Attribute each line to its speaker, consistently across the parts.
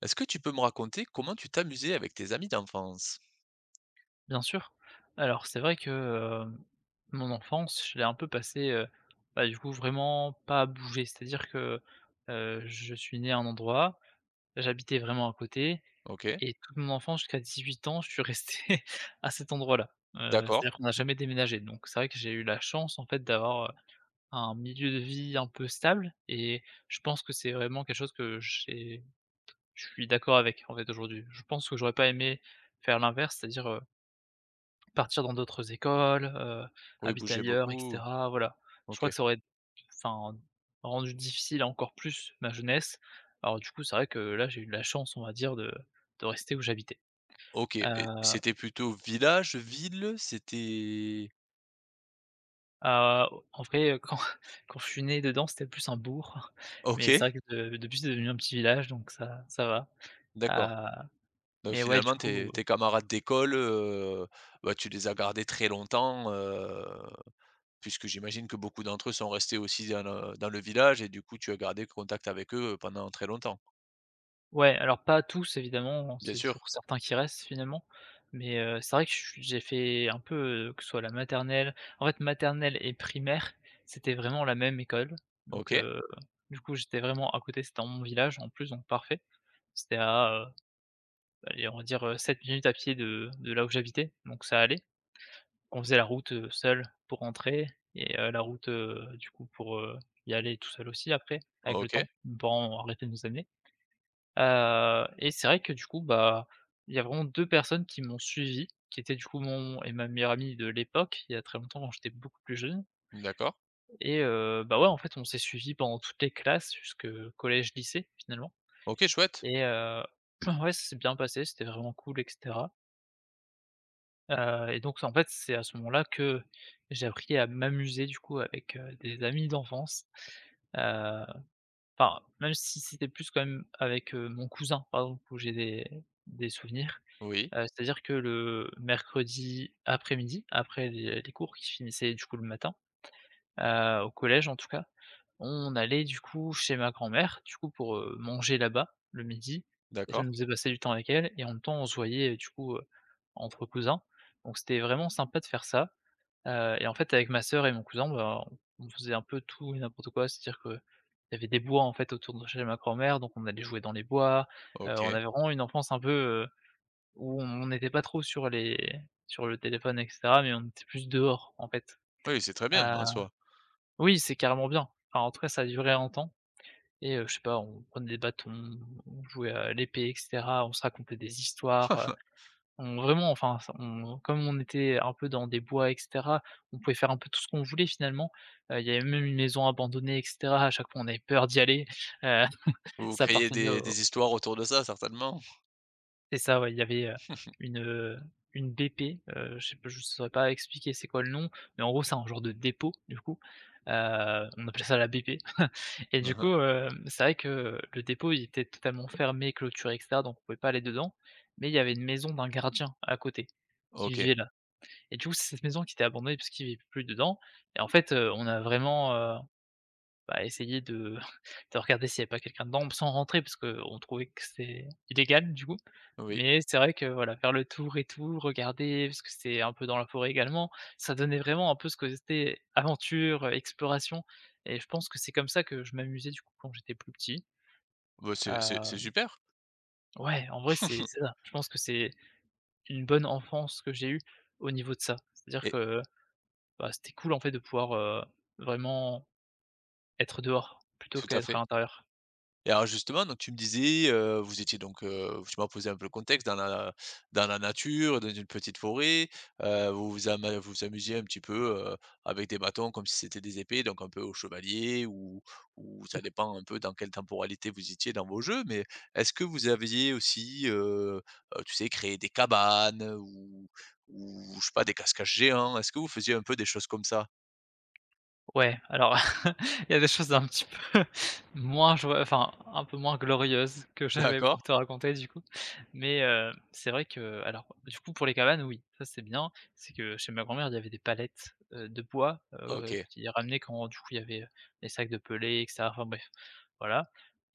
Speaker 1: Est-ce que tu peux me raconter comment tu t'amusais avec tes amis d'enfance?
Speaker 2: Bien sûr. Alors c'est vrai que, mon enfance, je l'ai un peu passée, bah, du coup vraiment pas à bouger. C'est-à-dire que, je suis né à un endroit, j'habitais vraiment à côté
Speaker 1: OK,
Speaker 2: et toute mon enfance jusqu'à 18 ans, je suis resté à cet endroit-là. Heu,
Speaker 1: d'accord.
Speaker 2: c'est-à-dire qu'on n'a jamais déménagé, donc c'est vrai que j'ai eu la chance en fait d'avoir, un milieu de vie un peu stable et je pense que c'est vraiment quelque chose que j'ai je suis d'accord avec en fait aujourd'hui. Je pense que j'aurais pas aimé faire l'inverse, c'est-à-dire, partir dans d'autres écoles,
Speaker 1: Oui,
Speaker 2: habiter
Speaker 1: bougez
Speaker 2: ailleurs et
Speaker 1: beaucoup.
Speaker 2: cetera, voilà. Je crois
Speaker 1: OK.
Speaker 2: que ça aurait, enfin, rendu difficile encore plus ma jeunesse. Alors du coup, c'est vrai que là, j'ai eu de la chance, on va dire, de rester où j'habitais.
Speaker 1: OK,
Speaker 2: Heu,
Speaker 1: et c'était plutôt village, ville? C'était
Speaker 2: à en vrai, quand quand je suis né dedans, c'était plus un bourg, mais c'est
Speaker 1: OK,
Speaker 2: vrai que de depuis, c'est devenu un petit village, donc ça va.
Speaker 1: d'accord.
Speaker 2: Heu,
Speaker 1: Donc
Speaker 2: mais ouais, du
Speaker 1: finalement tes
Speaker 2: coup.
Speaker 1: tes camarades d'école, bah, tu les as gardés très longtemps, puisque j'imagine que beaucoup d'entre eux sont restés aussi dans le village et du coup tu as gardé contact avec eux, pendant très longtemps?
Speaker 2: Ouais, alors pas tous évidemment,
Speaker 1: Bien
Speaker 2: c'est
Speaker 1: sûr.
Speaker 2: toujours certains qui restent finalement, mais c'est vrai que je suis j'ai fait un peu, que ce soit la maternelle, en fait maternelle et primaire, c'était vraiment la même école, donc
Speaker 1: OK,
Speaker 2: du coup j'étais vraiment à côté, c'était dans mon village en plus, donc parfait. C'était à, allez on va dire, 7 minutes à pied de là où j'habitais, donc ça allait. On faisait la route, seul pour rentrer et la route, du coup pour, y aller tout seul aussi après, avec le
Speaker 1: OK,
Speaker 2: temps, nos parents ont arrêté de nous amener. Et c'est vrai que du coup, bah, il y a vraiment 2 personnes qui m'ont suivi, qui étaient du coup mon et ma meilleure amie de l'époque, il y a très longtemps quand j'étais beaucoup plus jeune
Speaker 1: d'accord.
Speaker 2: et bah, ouais, en fait, on s'est suivis pendant toutes les classes jusque collège-lycée finalement
Speaker 1: OK, chouette.
Speaker 2: et ouais, ça s'est bien passé, c'était vraiment cool et cetera. Et donc en fait, c'est à ce moment-là que j'ai appris à m'amuser du coup avec, des amis d'enfance. Heu, enfin, même si c'était plus quand même avec, mon cousin, par exemple, où j'ai des souvenirs.
Speaker 1: Oui,
Speaker 2: C'est-à-dire que le mercredi après-midi, après les cours qui se finissaient du coup le matin, au collège en tout cas, on allait du coup chez ma grand-mère, du coup pour, manger là-bas le midi, et ça nous
Speaker 1: d'accord.
Speaker 2: faisait passer du temps avec elle et en même temps on se voyait, du coup, entre cousins. Donc c'était vraiment sympa de faire ça, et en fait avec ma sœur et mon cousin, bah, on faisait un peu tout et n'importe quoi. C'est-à-dire qu'il y avait des bois en fait autour de chez ma grand-mère, donc on allait jouer dans les bois, on
Speaker 1: OK.
Speaker 2: avait vraiment une enfance un peu où on n'était pas trop sur le téléphone et cetera, mais on était plus dehors, en fait.
Speaker 1: Oui, c'est très bien
Speaker 2: Ah
Speaker 1: en soi.
Speaker 2: oui, c'est carrément bien. Enfin, en tout cas, ça durait duré un temps et je sais pas, on prenait des bâtons, on jouait à l'épée et cetera, on se racontait des histoires, on vraiment, enfin, ça on comme on était un peu dans des bois et cetera, on pouvait faire un peu tout ce qu'on voulait finalement. Il y avait même une maison abandonnée et cetera, à chaque fois on avait peur d'y aller, heu,
Speaker 1: Vous
Speaker 2: ça
Speaker 1: créez
Speaker 2: appartenait au.
Speaker 1: des histoires autour de ça certainement?
Speaker 2: C'est ça, ouais, il y avait, une, heu, une BP, je sais pas, je saurais pas expliquer c'est quoi le nom, mais en gros, c'est un genre de dépôt, du coup, heu, on appelait ça la BP et du
Speaker 1: Mmh.
Speaker 2: coup, c'est vrai que le dépôt, il était totalement fermé, clôturé et cetera, donc on pouvait pas aller dedans, mais il y avait une maison d'un gardien à côté qui
Speaker 1: OK,
Speaker 2: vivait là et du coup, c'est cette maison qui était abandonnée parce qu'il vivait plus dedans et en fait, on a vraiment, bah, essayer de de regarder s'il y avait pas quelqu'un dedans, sans rentrer parce qu'on trouvait que c'était illégal du coup.
Speaker 1: oui.
Speaker 2: Mais c'est vrai que voilà, faire le tour et tout, regarder, parce que c'était un peu dans la forêt également, ça donnait vraiment un peu ce que c'était aventure, exploration, et je pense que c'est comme ça que je m'amusais du coup quand j'étais plus petit.
Speaker 1: Bah, c'est c'est
Speaker 2: Heu,
Speaker 1: super.
Speaker 2: ouais, en vrai, c'est ça. Je pense que c'est une bonne enfance que j'ai eue au niveau de ça. C'est-à-dire
Speaker 1: Et
Speaker 2: que, bah, c'était cool en fait de pouvoir, vraiment être dehors plutôt
Speaker 1: tout à
Speaker 2: qu'être à
Speaker 1: fait.
Speaker 2: l'intérieur.
Speaker 1: Et alors justement, donc tu me disais, vous étiez donc, tu m'as posé un peu le contexte dans la nature, dans une petite forêt, vous vous amusiez un petit peu, avec des bâtons comme si c'était des épées, donc un peu au chevalier ou ça dépend un peu dans quelle temporalité vous étiez dans vos jeux. Mais est-ce que vous aviez aussi, tu sais, créé des cabanes ou je sais pas, des cascages géants? Est-ce que vous faisiez un peu des choses comme ça?
Speaker 2: Ouais, alors il y a des choses un petit peu moins joyeux, enfin un peu moins glorieuses que j'avais pour
Speaker 1: D'accord,
Speaker 2: te raconter du coup. Mais c'est vrai que, alors du coup pour les cabanes, oui, ça c'est bien. C'est que chez ma grand-mère, il y avait des palettes, de bois,
Speaker 1: OK.
Speaker 2: qui ramenaient quand du coup il y avait, les sacs de pelés et cetera. Enfin bref, voilà,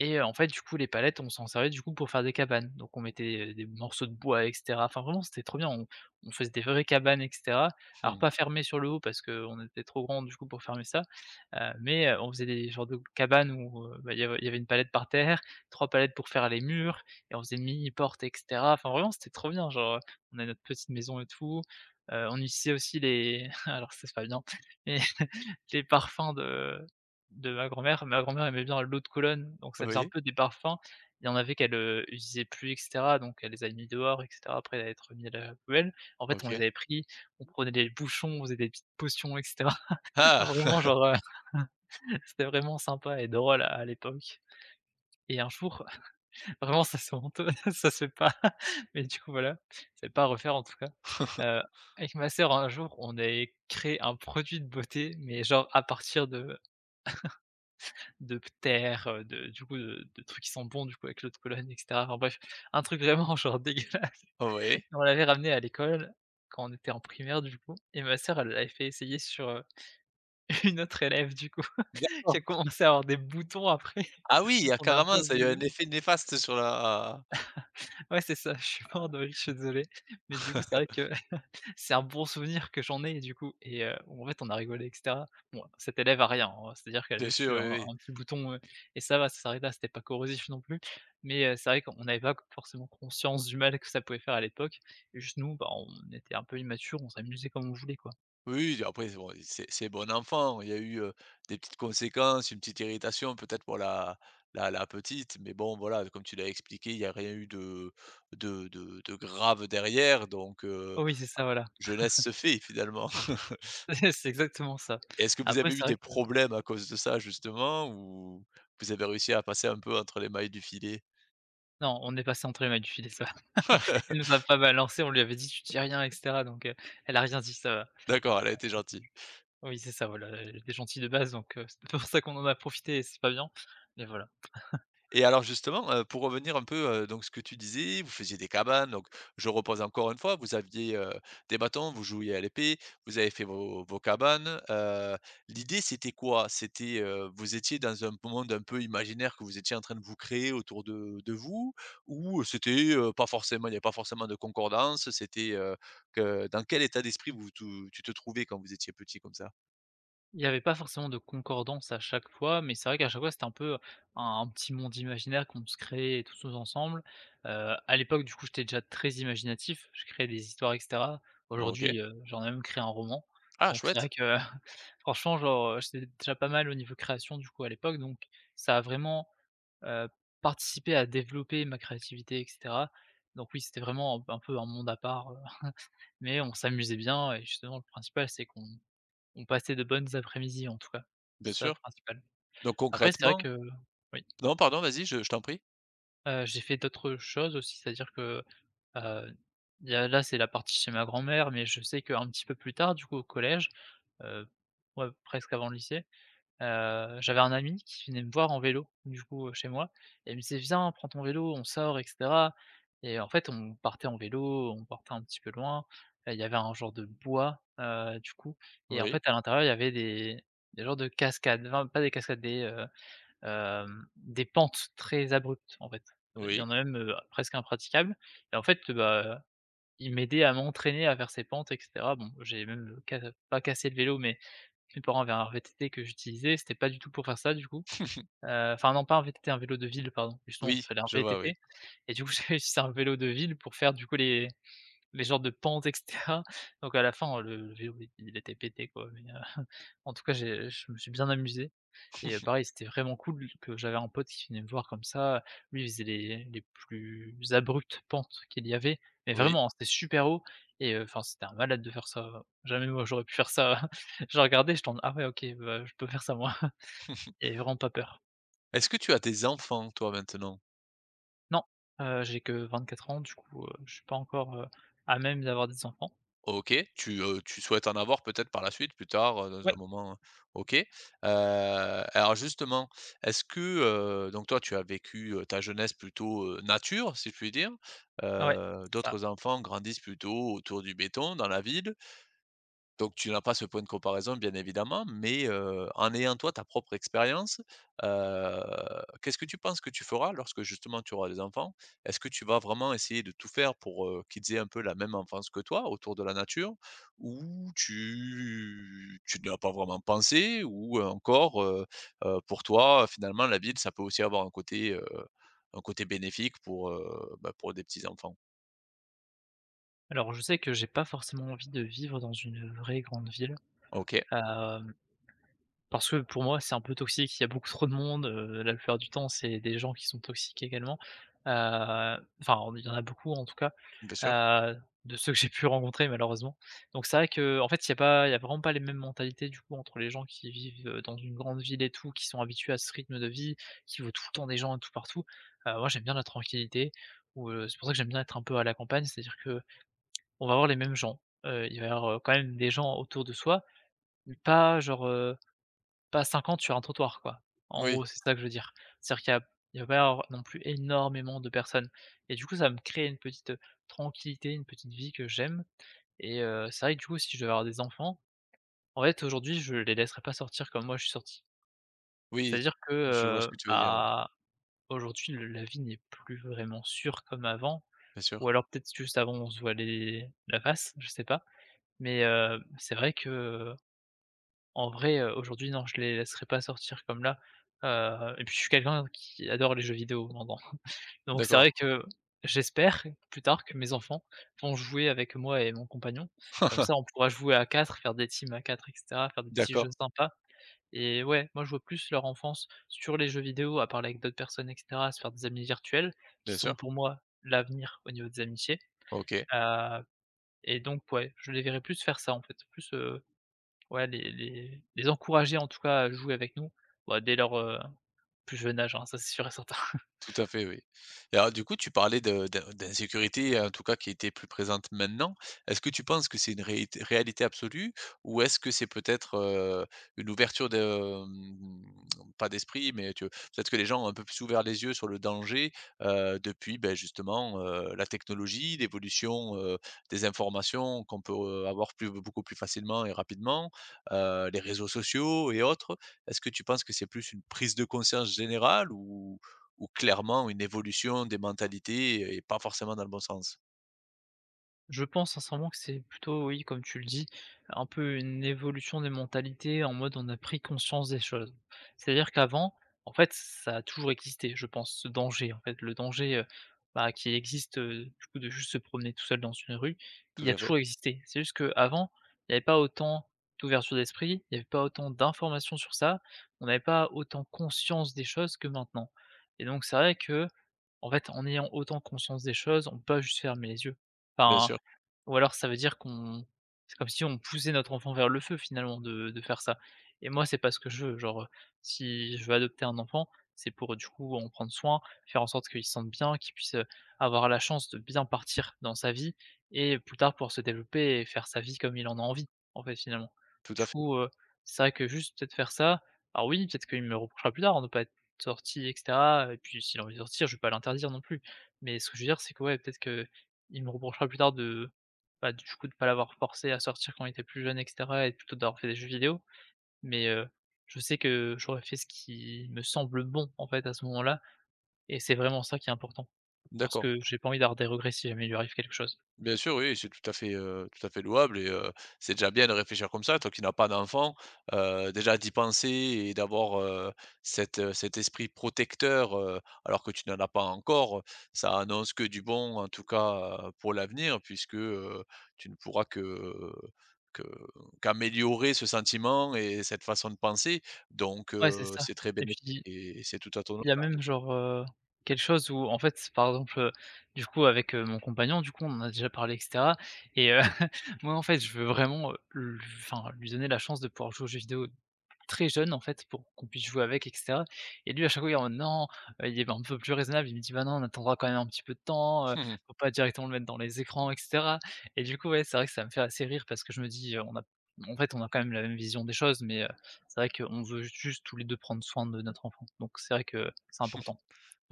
Speaker 2: et en fait du coup les palettes, on s'en servait du coup pour faire des cabanes. Donc on mettait, des morceaux de bois et cetera. Enfin vraiment c'était trop bien, on faisait des vraies cabanes etc. Alors
Speaker 1: Mmh.
Speaker 2: pas fermé sur le haut parce qu'on était trop grand du coup pour fermer ça, mais on faisait des genres de cabanes où, bah, il y avait une palette par terre, 3 palettes pour faire les murs et on faisait une mini porte et cetera. Enfin vraiment c'était trop bien, genre, on a notre petite maison et tout, on utilisait aussi les alors ça c'est pas bien, mais les parfums de ma grand-mère. Ma grand-mère aimait bien l'eau de Cologne, donc ça faisait un
Speaker 1: Oui,
Speaker 2: peu des parfums. Il y en avait qu'elle, utilisait plus et cetera, donc elle les a mis dehors et cetera, après être mis à la poubelle. En fait, on les
Speaker 1: OK.
Speaker 2: avait pris, on prenait des bouchons, on faisait des petites potions et cetera. Vraiment,
Speaker 1: Ah!
Speaker 2: genre, c'était vraiment sympa et drôle à l'époque et un jour, vraiment ça c'est honteux, ça se fait pas, mais du coup voilà, c'est pas à refaire en tout cas. Heu, avec ma sœur un jour, on avait créé un produit de beauté, mais genre à partir de terre, de du coup, de trucs qui sont bons, du coup, avec l'eau de Cologne et cetera. Enfin bref, un truc vraiment genre dégueulasse.
Speaker 1: Oui.
Speaker 2: On l'avait ramené à l'école quand on était en primaire, du coup, et ma sœur, elle l'avait fait essayer sur, une autre élève, du coup, qui a
Speaker 1: D'accord.
Speaker 2: commencé à avoir des boutons après.
Speaker 1: Ah
Speaker 2: On
Speaker 1: oui, ah
Speaker 2: s'en est un
Speaker 1: carrément,
Speaker 2: peu
Speaker 1: ça a eu un
Speaker 2: voulu.
Speaker 1: effet néfaste sur la
Speaker 2: Ouais, c'est ça, je suis mort de rire, je suis désolé. Mais du coup, c'est vrai que c'est un bon souvenir que j'en ai du coup et en fait on a rigolé et cetera. Bon, cette élève a rien, hein, c'est-à-dire qu'elle a
Speaker 1: bien
Speaker 2: juste
Speaker 1: sûr,
Speaker 2: eu
Speaker 1: oui,
Speaker 2: un
Speaker 1: oui.
Speaker 2: un petit bouton, et ça va, ça s'arrête là, c'était pas corrosif non plus. Mais c'est vrai qu'on n'avait pas forcément conscience du mal que ça pouvait faire à l'époque et juste nous, bah, on était un peu immatures, on s'amusait comme on voulait, quoi.
Speaker 1: Oui, oui, après, c'est bon, c'est bon enfant. Il y a eu, des petites conséquences, une petite irritation peut-être pour la petite, mais bon, voilà, comme tu l'as expliqué, il y a rien eu de de grave derrière, donc
Speaker 2: Oh oui, c'est ça, voilà.
Speaker 1: jeunesse se fait finalement.
Speaker 2: C'est exactement ça.
Speaker 1: Est-ce que vous
Speaker 2: Après
Speaker 1: avez
Speaker 2: c'est
Speaker 1: eu
Speaker 2: vrai
Speaker 1: des
Speaker 2: que
Speaker 1: problèmes à cause de ça justement ou vous avez réussi à passer un peu entre les mailles du filet?
Speaker 2: non, on est passé entre les mailles du filet, ça va. Elle nous a pas balancé, on lui avait dit: «Tu dis rien» et cetera, donc elle a rien dit, ça va.
Speaker 1: D'accord, elle a été gentille.
Speaker 2: Oui, c'est ça, voilà, j'étais gentil de base, donc c'est pas pour ça qu'on en a profité et c'est pas bien, mais voilà.
Speaker 1: Et alors justement, pour revenir un peu, donc ce que tu disais, vous faisiez des cabanes, donc je repose encore une fois, vous aviez, des bâtons, vous jouiez à l'épée, vous avez fait vos cabanes, l'idée c'était quoi? C'était, vous étiez dans un monde un peu imaginaire que vous étiez en train de vous créer autour de vous? Ou c'était, pas forcément il n'y avait pas forcément de concordance, c'était, que dans quel état d'esprit vous tu tu te trouvais quand vous étiez petit comme ça?
Speaker 2: Il y avait pas forcément de concordance à chaque fois, mais c'est vrai qu'à chaque fois, c'était un peu un petit monde imaginaire qu'on se créait tous nous ensemble. À l'époque, du coup, j'étais déjà très imaginatif, je créais des histoires et cetera.
Speaker 1: OK.
Speaker 2: Aujourd'hui, j'en ai même créé un roman,
Speaker 1: Ah,
Speaker 2: donc c'est vrai
Speaker 1: chouette,
Speaker 2: que franchement, genre, j'étais déjà pas mal au niveau création, du coup, à l'époque, donc ça a vraiment, heu, participer à développer ma créativité et cetera. Donc oui, c'était vraiment un peu un monde à part, mais on s'amusait bien et justement le principal, c'est qu'on passait de bonnes après-midi en tout cas.
Speaker 1: bien
Speaker 2: C'est ça le
Speaker 1: sûr.
Speaker 2: principal.
Speaker 1: Donc
Speaker 2: Après c'est vrai
Speaker 1: concrètement
Speaker 2: que oui,
Speaker 1: non pardon, vas-y, je t'en prie.
Speaker 2: j'ai fait d'autres choses aussi, c'est-à-dire que, heu, il y a là, c'est la partie chez ma grand-mère, mais je sais qu'un petit peu plus tard, du coup au collège, heu, ouais, presque avant le lycée. J'avais un ami qui venait me voir en vélo, du coup, chez moi et il me disait: «Viens, prends ton vélo, on sort et cetera», et en fait, on partait en vélo, on partait un petit peu loin. Il y avait un genre de bois, du coup, et en
Speaker 1: Oui.
Speaker 2: fait, à l'intérieur, il y avait des genres de cascades, enfin, pas des cascades, des, des pentes très abruptes, en fait. Il y
Speaker 1: Oui.
Speaker 2: en a même, presque impraticables, et en fait, bah, il m'aidait à m'entraîner à faire ces pentes et cetera. Bon, j'ai même, ca pas cassé le vélo, mais mes parents avaient un VTT que j'utilisais, c'était pas du tout pour faire ça du coup. Enfin non, pas un VTT, un vélo de ville pardon, justement,
Speaker 1: Oui,
Speaker 2: il fallait un
Speaker 1: je vois, oui.
Speaker 2: VTT et du coup j'avais juste un vélo de ville pour faire du coup les genres de pentes et cetera. Donc à la fin, le vélo il était pété quoi, mais en tout cas j'ai je me suis bien amusé. Et pareil, c'était vraiment cool que j'avais un pote qui venait me voir comme ça. Lui, il faisait les plus abruptes pentes qu'il y avait, mais
Speaker 1: Oui.
Speaker 2: vraiment, hein, c'était super haut, et enfin, c'était un malade de faire ça. Jamais moi, j'aurais pu faire ça. J'ai regardé, je t'en «Ah ouais, OK, bah, je peux faire ça moi» et vraiment pas peur.
Speaker 1: Est-ce que tu as des enfants, toi, maintenant?
Speaker 2: Non, j'ai que 24 ans, du coup, je suis pas encore, à même d'avoir des enfants.
Speaker 1: OK. Tu, tu souhaites en avoir peut-être par la suite, plus tard, dans
Speaker 2: Ouais,
Speaker 1: un moment, OK. Alors justement, est-ce que, donc toi, tu as vécu, ta jeunesse plutôt, nature, si je puis dire.
Speaker 2: ouais, c'est ça.
Speaker 1: D'autres enfants grandissent plutôt autour du béton, dans la ville. Donc tu n'as pas ce point de comparaison, bien évidemment, mais en ayant toi ta propre expérience, heu, qu'est-ce que tu penses que tu feras lorsque justement tu auras des enfants? Est-ce que tu vas vraiment essayer de tout faire pour, qu'ils aient un peu la même enfance que toi, autour de la nature? Ou tu n'y as pas vraiment pensé? Ou, encore, pour toi, finalement, la ville, ça peut aussi avoir un côté bénéfique pour, bah, pour des petits enfants?
Speaker 2: Alors je sais que j'ai pas forcément envie de vivre dans une vraie grande ville,
Speaker 1: OK,
Speaker 2: hem parce que pour moi, c'est un peu toxique, il y a beaucoup trop de monde, la plupart du temps, c'est des gens qui sont toxiques également. Heu, enfin, il y en a beaucoup en tout cas,
Speaker 1: bien sûr.
Speaker 2: heu, de ceux que j'ai pu rencontrer malheureusement. Donc c'est vrai que en fait, il y a vraiment pas les mêmes mentalités du coup entre les gens qui vivent, dans une grande ville et tout, qui sont habitués à ce rythme de vie, qui voient tout le temps des gens un tout partout. Moi j'aime bien la tranquillité ou, c'est pour ça que j'aime bien être un peu à la campagne, c'est-à-dire que on va voir les mêmes gens. Il va y avoir, quand même des gens autour de soi, mais pas genre, pas 50 sur un trottoir quoi. En
Speaker 1: Oui,
Speaker 2: gros, c'est ça que je veux dire. C'est-à-dire qu'il y a il va pas y avoir non plus énormément de personnes et du coup, ça va me créer une petite tranquillité, une petite vie que j'aime. Et c'est vrai que du coup, si je devais avoir des enfants, en fait, aujourd'hui, je les laisserais pas sortir comme moi je suis sorti.
Speaker 1: oui,
Speaker 2: C'est-à-dire que,
Speaker 1: je vois ce que tu veux dire, oui,
Speaker 2: bah, aujourd'hui, le la vie n'est plus vraiment sûre comme avant,
Speaker 1: bien
Speaker 2: ou
Speaker 1: sûr.
Speaker 2: alors peut-être juste avant on se voit les la face, je sais pas, mais c'est vrai que, en vrai, aujourd'hui, non, je les laisserai pas sortir comme là, et puis je suis quelqu'un qui adore les jeux vidéo maintenant. Donc c'est
Speaker 1: D'accord.
Speaker 2: vrai que j'espère plus tard que mes enfants vont jouer avec moi et mon compagnon. Comme ça, on pourra jouer à 4, faire des teams à 4, et cetera, faire des petits
Speaker 1: D'accord,
Speaker 2: jeux sympas. Et ouais, moi, je vois plus leur enfance sur les jeux vidéo, à parler avec d'autres personnes et cetera, à se faire des amis virtuels qui
Speaker 1: bien
Speaker 2: sont
Speaker 1: sûr.
Speaker 2: pour moi l'avenir au niveau des amitiés.
Speaker 1: OK.
Speaker 2: heu et donc ouais, je les verrai plus faire ça, en fait, plus, ouais, les encourager en tout cas à jouer avec nous, bah, dès leur, plus jeune âge, hein, ça c'est sûr et certain.
Speaker 1: Tout à fait, oui. Et alors du coup, tu parlais de d'insécurité, en tout cas qui était plus présente maintenant. Est-ce que tu penses que c'est une réité réalité absolue ou est-ce que c'est peut-être, une ouverture de, hem, pas d'esprit, mais tu peut-être que les gens ont un peu plus ouvert les yeux sur le danger, depuis, beh, justement, la technologie, l'évolution, des informations qu'on peut, avoir plus beaucoup plus facilement et rapidement, les réseaux sociaux et autres. Est-ce que tu penses que c'est plus une prise de conscience générale ou clairement une évolution des mentalités et pas forcément dans le bon sens.
Speaker 2: Je pense sincèrement que c'est plutôt, oui, comme tu le dis, un peu une évolution des mentalités en mode on a pris conscience des choses. C'est-à-dire qu'avant, en fait, ça a toujours existé, je pense, ce danger. En fait, le danger bah, qui existe du coup, de juste se promener tout seul dans une rue,
Speaker 1: Tout
Speaker 2: il a
Speaker 1: à
Speaker 2: toujours
Speaker 1: fait,
Speaker 2: existé. C'est juste qu'avant, il n'y avait pas autant d'ouverture d'esprit, il n'y avait pas autant d'informations sur ça, on n'avait pas autant conscience des choses que maintenant. Et donc, c'est vrai que, en fait, en ayant autant conscience des choses, on peut pas juste fermer les yeux.
Speaker 1: bien
Speaker 2: Enfin,
Speaker 1: sûr,
Speaker 2: ou alors ça veut dire qu'on c'est comme si on poussait notre enfant vers le feu finalement de faire ça, et moi c'est pas ce que je veux. Genre, si je veux adopter un enfant, c'est pour du coup en prendre soin, faire en sorte qu'il se sente bien, qu'il puisse, avoir la chance de bien partir dans sa vie et plus tard pouvoir se développer et faire sa vie comme il en a envie, en fait, finalement.
Speaker 1: tout
Speaker 2: Du
Speaker 1: à fait.
Speaker 2: coup, c'est vrai que juste peut-être faire ça, alors oui, peut-être qu'il me reprochera plus tard de pas être sorti et cetera, et puis s'il a envie de sortir, je vais pas l'interdire non plus, mais ce que je veux dire, c'est que ouais, peut-être que il me reprochera plus tard de bah, du coup, de pas l'avoir forcé à sortir quand il était plus jeune et cetera et plutôt d'avoir fait des jeux vidéo. Mais, je sais que j'aurais fait ce qui me semble bon, en fait, à ce moment-là, et c'est vraiment ça qui est important. Parce
Speaker 1: D'accord.
Speaker 2: que j'ai pas envie d'avoir des regrets si jamais il lui arrive quelque chose.
Speaker 1: Bien sûr, oui, c'est tout à fait louable et c'est déjà bien de réfléchir comme ça. Toi qui n'as pas d'enfant, déjà d'y penser et d'avoir, cet, cet esprit protecteur, alors que tu n'en as pas encore, ça annonce que du bon, en tout cas, pour l'avenir puisque, tu ne pourras que que qu'améliorer ce sentiment et cette façon de penser donc
Speaker 2: Ouais, c'est ça,
Speaker 1: c'est très
Speaker 2: et puis,
Speaker 1: bénéfique
Speaker 2: il
Speaker 1: et c'est tout à ton
Speaker 2: y a même
Speaker 1: honneur.
Speaker 2: genre, quelque chose où en fait, par exemple, du coup, avec, mon compagnon, du coup, on en a déjà parlé et cetera, et moi, en fait, je veux vraiment, l enfin, lui donner la chance de pouvoir jouer aux jeux vidéo très jeune en fait pour qu'on puisse jouer avec et cetera, et lui à chaque fois il est en mode: «Non», il est un peu plus raisonnable, il me dit: «Bah, non, on attendra quand même un petit peu de temps, faut pas directement le mettre dans les écrans et cetera», et du coup, ouais, c'est vrai que ça me fait assez rire parce que je me dis, on a en fait, on a quand même la même vision des choses, mais c'est vrai qu'on veut juste tous les 2 prendre soin de notre enfant, donc c'est vrai que c'est important.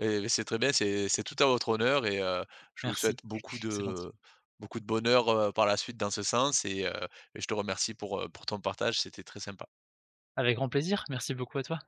Speaker 1: Et mais c'est très bien, c'est tout à votre honneur et je vous
Speaker 2: Merci,
Speaker 1: souhaite
Speaker 2: c'est gentil.
Speaker 1: beaucoup de bonheur, par la suite dans ce sens et je te remercie pour ton partage, c'était très sympa.
Speaker 2: Avec grand plaisir, merci beaucoup à toi.